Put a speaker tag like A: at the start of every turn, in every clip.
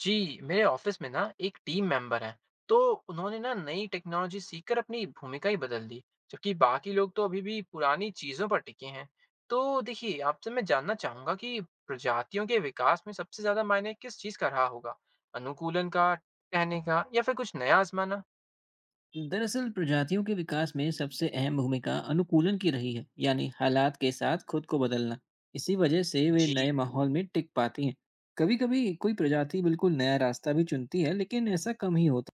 A: जी, मेरे ऑफिस में ना एक टीम मेंबर हैं, तो उन्होंने ना नई टेक्नोलॉजी सीखकर अपनी भूमिका ही बदल दी, जबकि बाकी लोग तो अभी भी पुरानी चीज़ों पर टिके हैं। तो देखिए, आपसे मैं जानना चाहूँगा कि प्रजातियों के विकास में सबसे ज़्यादा मायने किस चीज़ का रहा होगा? अनुकूलन का, कहने का या फिर कुछ नया आजमाना?
B: दरअसल प्रजातियों के विकास में सबसे अहम भूमिका अनुकूलन की रही है, यानी हालात के साथ खुद को बदलना। इसी वजह से वे
A: जी।
B: नए माहौल में टिक पाती हैं। कभी कभी कोई प्रजाति बिल्कुल नया रास्ता भी चुनती है, लेकिन ऐसा कम ही होता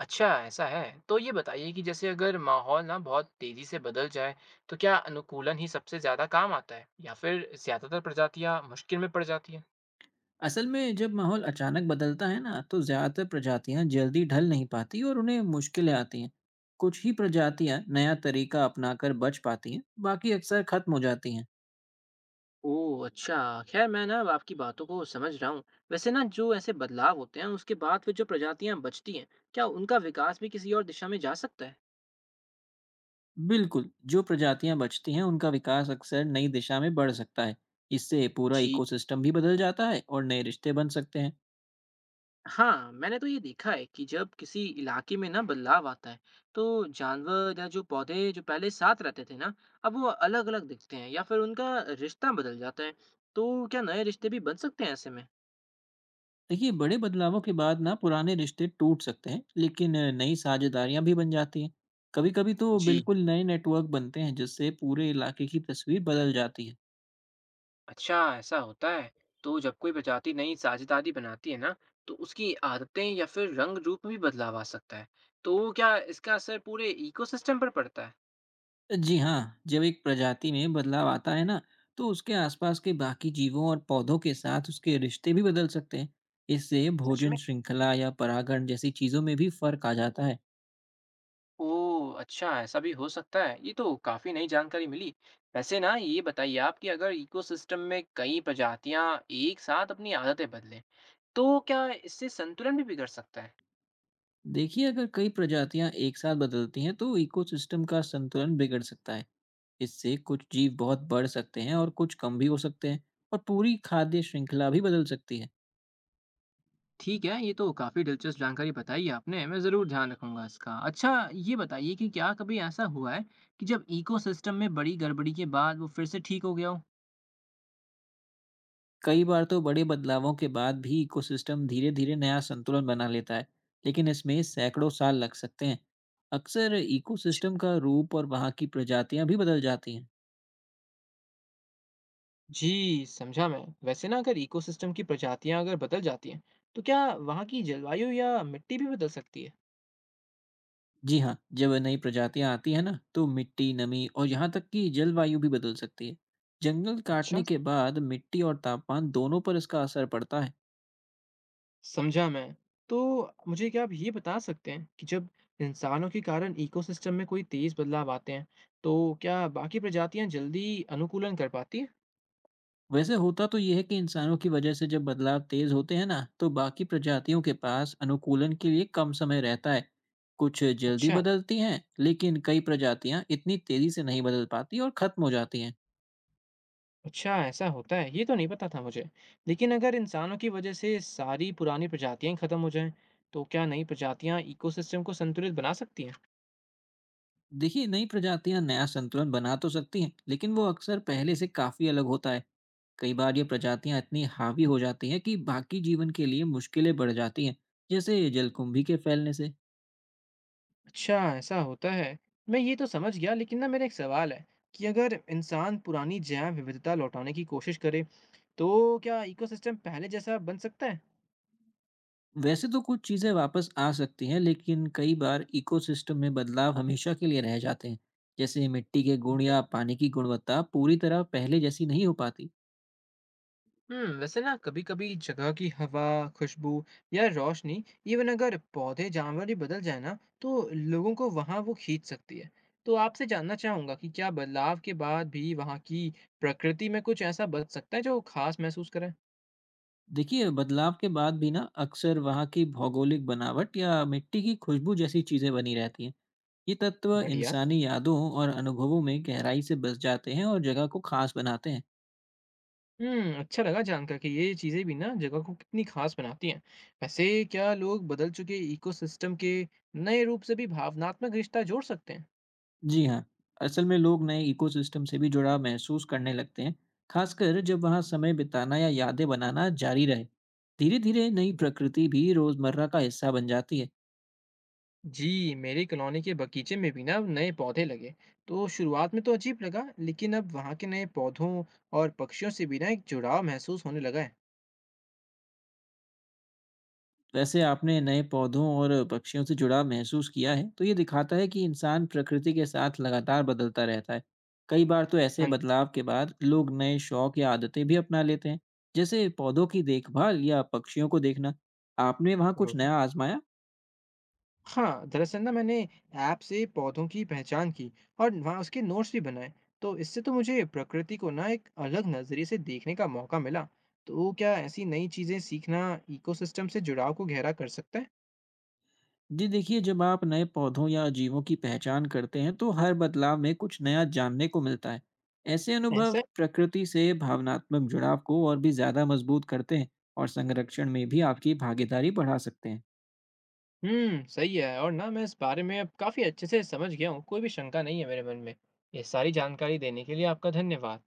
A: अच्छा, ऐसा है। तो ये बताइए कि जैसे अगर माहौल ना बहुत तेज़ी से बदल जाए, तो क्या अनुकूलन ही सबसे ज़्यादा काम आता है या फिर ज़्यादातर प्रजातियाँ मुश्किल में पड़ जाती हैं?
B: है। असल में जब माहौल अचानक बदलता है ना, तो ज़्यादातर प्रजातियां जल्दी ढल नहीं पाती और उन्हें मुश्किलें आती हैं। कुछ ही प्रजातियां नया तरीका अपनाकर बच पाती हैं। बाकी अक्सर खत्म हो जाती हैं।
A: ओह! अच्छा। ख़ैर मैं ना अब आपकी बातों को समझ रहा हूँ। वैसे ना जो ऐसे बदलाव होते हैं उसके बाद फिर जो प्रजातियाँ बचती हैं, क्या उनका विकास भी किसी और दिशा में जा सकता है?
B: बिल्कुल, जो प्रजातियां बचती हैं उनका विकास अक्सर नई दिशा में बढ़ सकता है। इससे पूरा
A: जी।
B: इकोसिस्टम भी बदल जाता है और नए रिश्ते बन सकते हैं।
A: हाँ, मैंने तो ये देखा है कि जब किसी इलाके में ना बदलाव आता है, तो जानवर या जो पौधे जो पहले साथ रहते थे ना, अब वो अलग-अलग दिखते हैं या फिर उनका रिश्ता बदल जाता है। तो क्या नए रिश्ते भी बन सकते हैं ऐसे में?
B: देखिए, बड़े बदलावों के बाद ना पुराने रिश्ते टूट सकते हैं, लेकिन नई साझेदारियां भी बन जाती हैं। कभी कभी तो
A: जी।
B: बिल्कुल नए नेटवर्क बनते हैं, जिससे पूरे इलाके की तस्वीर बदल जाती है।
A: अच्छा, ऐसा होता है। तो जब कोई प्रजाति नई साझेदारी बनाती है ना, तो उसकी आदतें या फिर रंग रूप में भी बदलाव आ सकता है। तो क्या इसका असर पूरे इकोसिस्टम पर पड़ता है?
B: जी हाँ, जब एक प्रजाति में बदलाव आता है ना, तो उसके आसपास के बाकी जीवों और पौधों के साथ उसके रिश्ते भी बदल सकते हैं। इससे
A: सच में?
B: भोजन श्रृंखला या परागण जैसी चीजों में भी फर्क आ जाता है।
A: ओह! अच्छा, ऐसा भी हो सकता है। ये तो काफ़ी नई जानकारी मिली। वैसे ना ये बताइए आप कि अगर इकोसिस्टम में कई प्रजातियाँ एक साथ अपनी आदतें बदलें, तो क्या इससे संतुलन भी बिगड़ सकता है?
B: देखिए, अगर कई प्रजातियां एक साथ बदलती हैं, तो इकोसिस्टम का संतुलन बिगड़ सकता है। इससे कुछ जीव बहुत बढ़ सकते हैं और कुछ कम भी हो सकते हैं, और पूरी खाद्य श्रृंखला भी बदल सकती है।
A: ठीक है, ये तो काफ़ी दिलचस्प जानकारी बताई आपने, मैं ज़रूर ध्यान रखूँगा इसका। अच्छा, ये बताइए कि क्या कभी ऐसा हुआ है कि जब इकोसिस्टम में बड़ी गड़बड़ी के बाद वो फिर से ठीक हो गया हो?
B: कई बार तो बड़े बदलावों के बाद भी इकोसिस्टम धीरे-धीरे नया संतुलन बना लेता है, लेकिन इसमें सैकड़ों साल लग सकते हैं। अक्सर
A: छ-
B: इकोसिस्टम का रूप और वहाँ की प्रजातियाँ भी बदल जाती हैं।
A: जी, समझा मैं। वैसे ना अगर इकोसिस्टम की प्रजातियां अगर बदल जाती हैं, तो क्या वहाँ की जलवायु या मिट्टी भी बदल सकती है?
B: जी हाँ, जब नई प्रजातियाँ आती हैं ना, तो मिट्टी, नमी और यहाँ तक कि जलवायु भी बदल सकती है। जंगल
A: अच्छा,
B: काटने के बाद मिट्टी और तापमान दोनों पर इसका असर पड़ता है।
A: समझा मैं। तो मुझे क्या आप ये बता सकते हैं कि जब इंसानों के कारण इकोसिस्टम में कोई तेज बदलाव आते हैं, तो क्या बाकी प्रजातियां जल्दी अनुकूलन कर पाती हैं?
B: वैसे होता तो यह है कि इंसानों की वजह से जब बदलाव तेज होते हैं ना, तो बाकी प्रजातियों के पास अनुकूलन के लिए कम समय रहता है। कुछ जल्दी
A: अच्छा।
B: बदलती हैं, लेकिन कई प्रजातियां इतनी तेजी से नहीं बदल पाती और खत्म हो जाती हैं।
A: अच्छा ऐसा होता है, ये तो नहीं पता था मुझे। लेकिन अगर इंसानों की वजह से सारी पुरानी प्रजातियां खत्म हो जाएं, तो क्या नई प्रजातियां इकोसिस्टम को संतुलित बना सकती हैं?
B: देखिए, नई प्रजातियां नया संतुलन बना तो सकती हैं, लेकिन वो अक्सर पहले से काफी अलग होता है। कई बार ये प्रजातियां इतनी हावी हो जाती हैं कि बाकी जीवन के लिए मुश्किलें बढ़ जाती हैं, जैसे जलकुंभी के फैलने से।
A: अच्छा, ऐसा होता है। मैं ये तो समझ गया, लेकिन ना मेरा एक सवाल है कि अगर इंसान पुरानी जैव विविधता लौटाने की कोशिश करे, तो क्या इकोसिस्टम पहले जैसा बन सकता है?
B: वैसे तो कुछ चीज़ें वापस आ सकती हैं, लेकिन कई बार इकोसिस्टम में बदलाव हमेशा के लिए रह जाते हैं। जैसे मिट्टी के गुण या पानी की गुणवत्ता पूरी तरह पहले जैसी नहीं हो पाती।
A: हम्म। वैसे ना कभी कभी जगह की हवा, खुशबू या रोशनी, इवन अगर पौधे जानवर ही बदल जाए ना, तो लोगों को वहां वो खींच सकती है। तो आपसे जानना चाहूंगा कि क्या बदलाव के बाद भी वहां की प्रकृति में कुछ ऐसा बच सकता है जो खास महसूस करें?
B: देखिए, बदलाव के बाद भी ना अक्सर वहाँ की भौगोलिक बनावट या मिट्टी की खुशबू जैसी चीज़ें बनी रहती हैं। ये तत्व
A: बढ़िया।
B: इंसानी यादों और अनुभवों में गहराई से बस जाते हैं और जगह को खास बनाते हैं।
A: हम्म, अच्छा लगा जानकर कि ये चीजें भी ना जगह को कितनी खास बनाती हैं। वैसे, क्या लोग बदल चुके इकोसिस्टम के नए रूप से भी भावनात्मक रिश्ता जोड़ सकते
B: जी हाँ, असल में लोग नए इकोसिस्टम से भी जुड़ाव महसूस करने लगते हैं, खासकर जब वहाँ समय बिताना या यादें बनाना जारी रहे। धीरे-धीरे नई
A: हैं?
B: प्रकृति भी रोजमर्रा का हिस्सा बन जाती है।
A: जी, मेरी कॉलोनी के बगीचे में भी ना अब नए पौधे लगे, तो शुरुआत में तो अजीब लगा, लेकिन अब वहाँ के नए पौधों और पक्षियों से भी ना एक जुड़ाव महसूस होने लगा है।
B: वैसे आपने नए पौधों और पक्षियों से जुड़ाव महसूस किया है, तो ये दिखाता है कि इंसान प्रकृति के साथ लगातार बदलता रहता है। कई बार तो ऐसे
A: हाँ।
B: बदलाव के बाद लोग नए शौक या आदतें भी अपना लेते हैं, जैसे पौधों की देखभाल या पक्षियों को देखना। आपने वहाँ कुछ
A: जरूर।
B: नया आजमाया?
A: हाँ, दरअसल ना मैंने ऐप से पौधों की पहचान की और वहाँ उसके नोट्स भी बनाए, तो इससे तो मुझे प्रकृति को ना एक अलग नजरिए से देखने का मौका मिला। तो क्या ऐसी नई चीजें सीखना इकोसिस्टम से जुड़ाव को गहरा कर सकता है?
B: जी देखिए, जब आप नए पौधों या जीवों की पहचान करते हैं तो हर बदलाव में कुछ नया जानने को मिलता है। ऐसे अनुभव
A: ऐसा है?
B: प्रकृति से भावनात्मक जुड़ाव को और भी ज्यादा मजबूत करते हैं और संरक्षण में भी आपकी भागीदारी बढ़ा सकते हैं।
A: हुँ, सही है। और ना मैं इस बारे में अब काफ़ी अच्छे से समझ गया हूँ, कोई भी शंका नहीं है मेरे मन में। ये सारी जानकारी देने के लिए आपका धन्यवाद।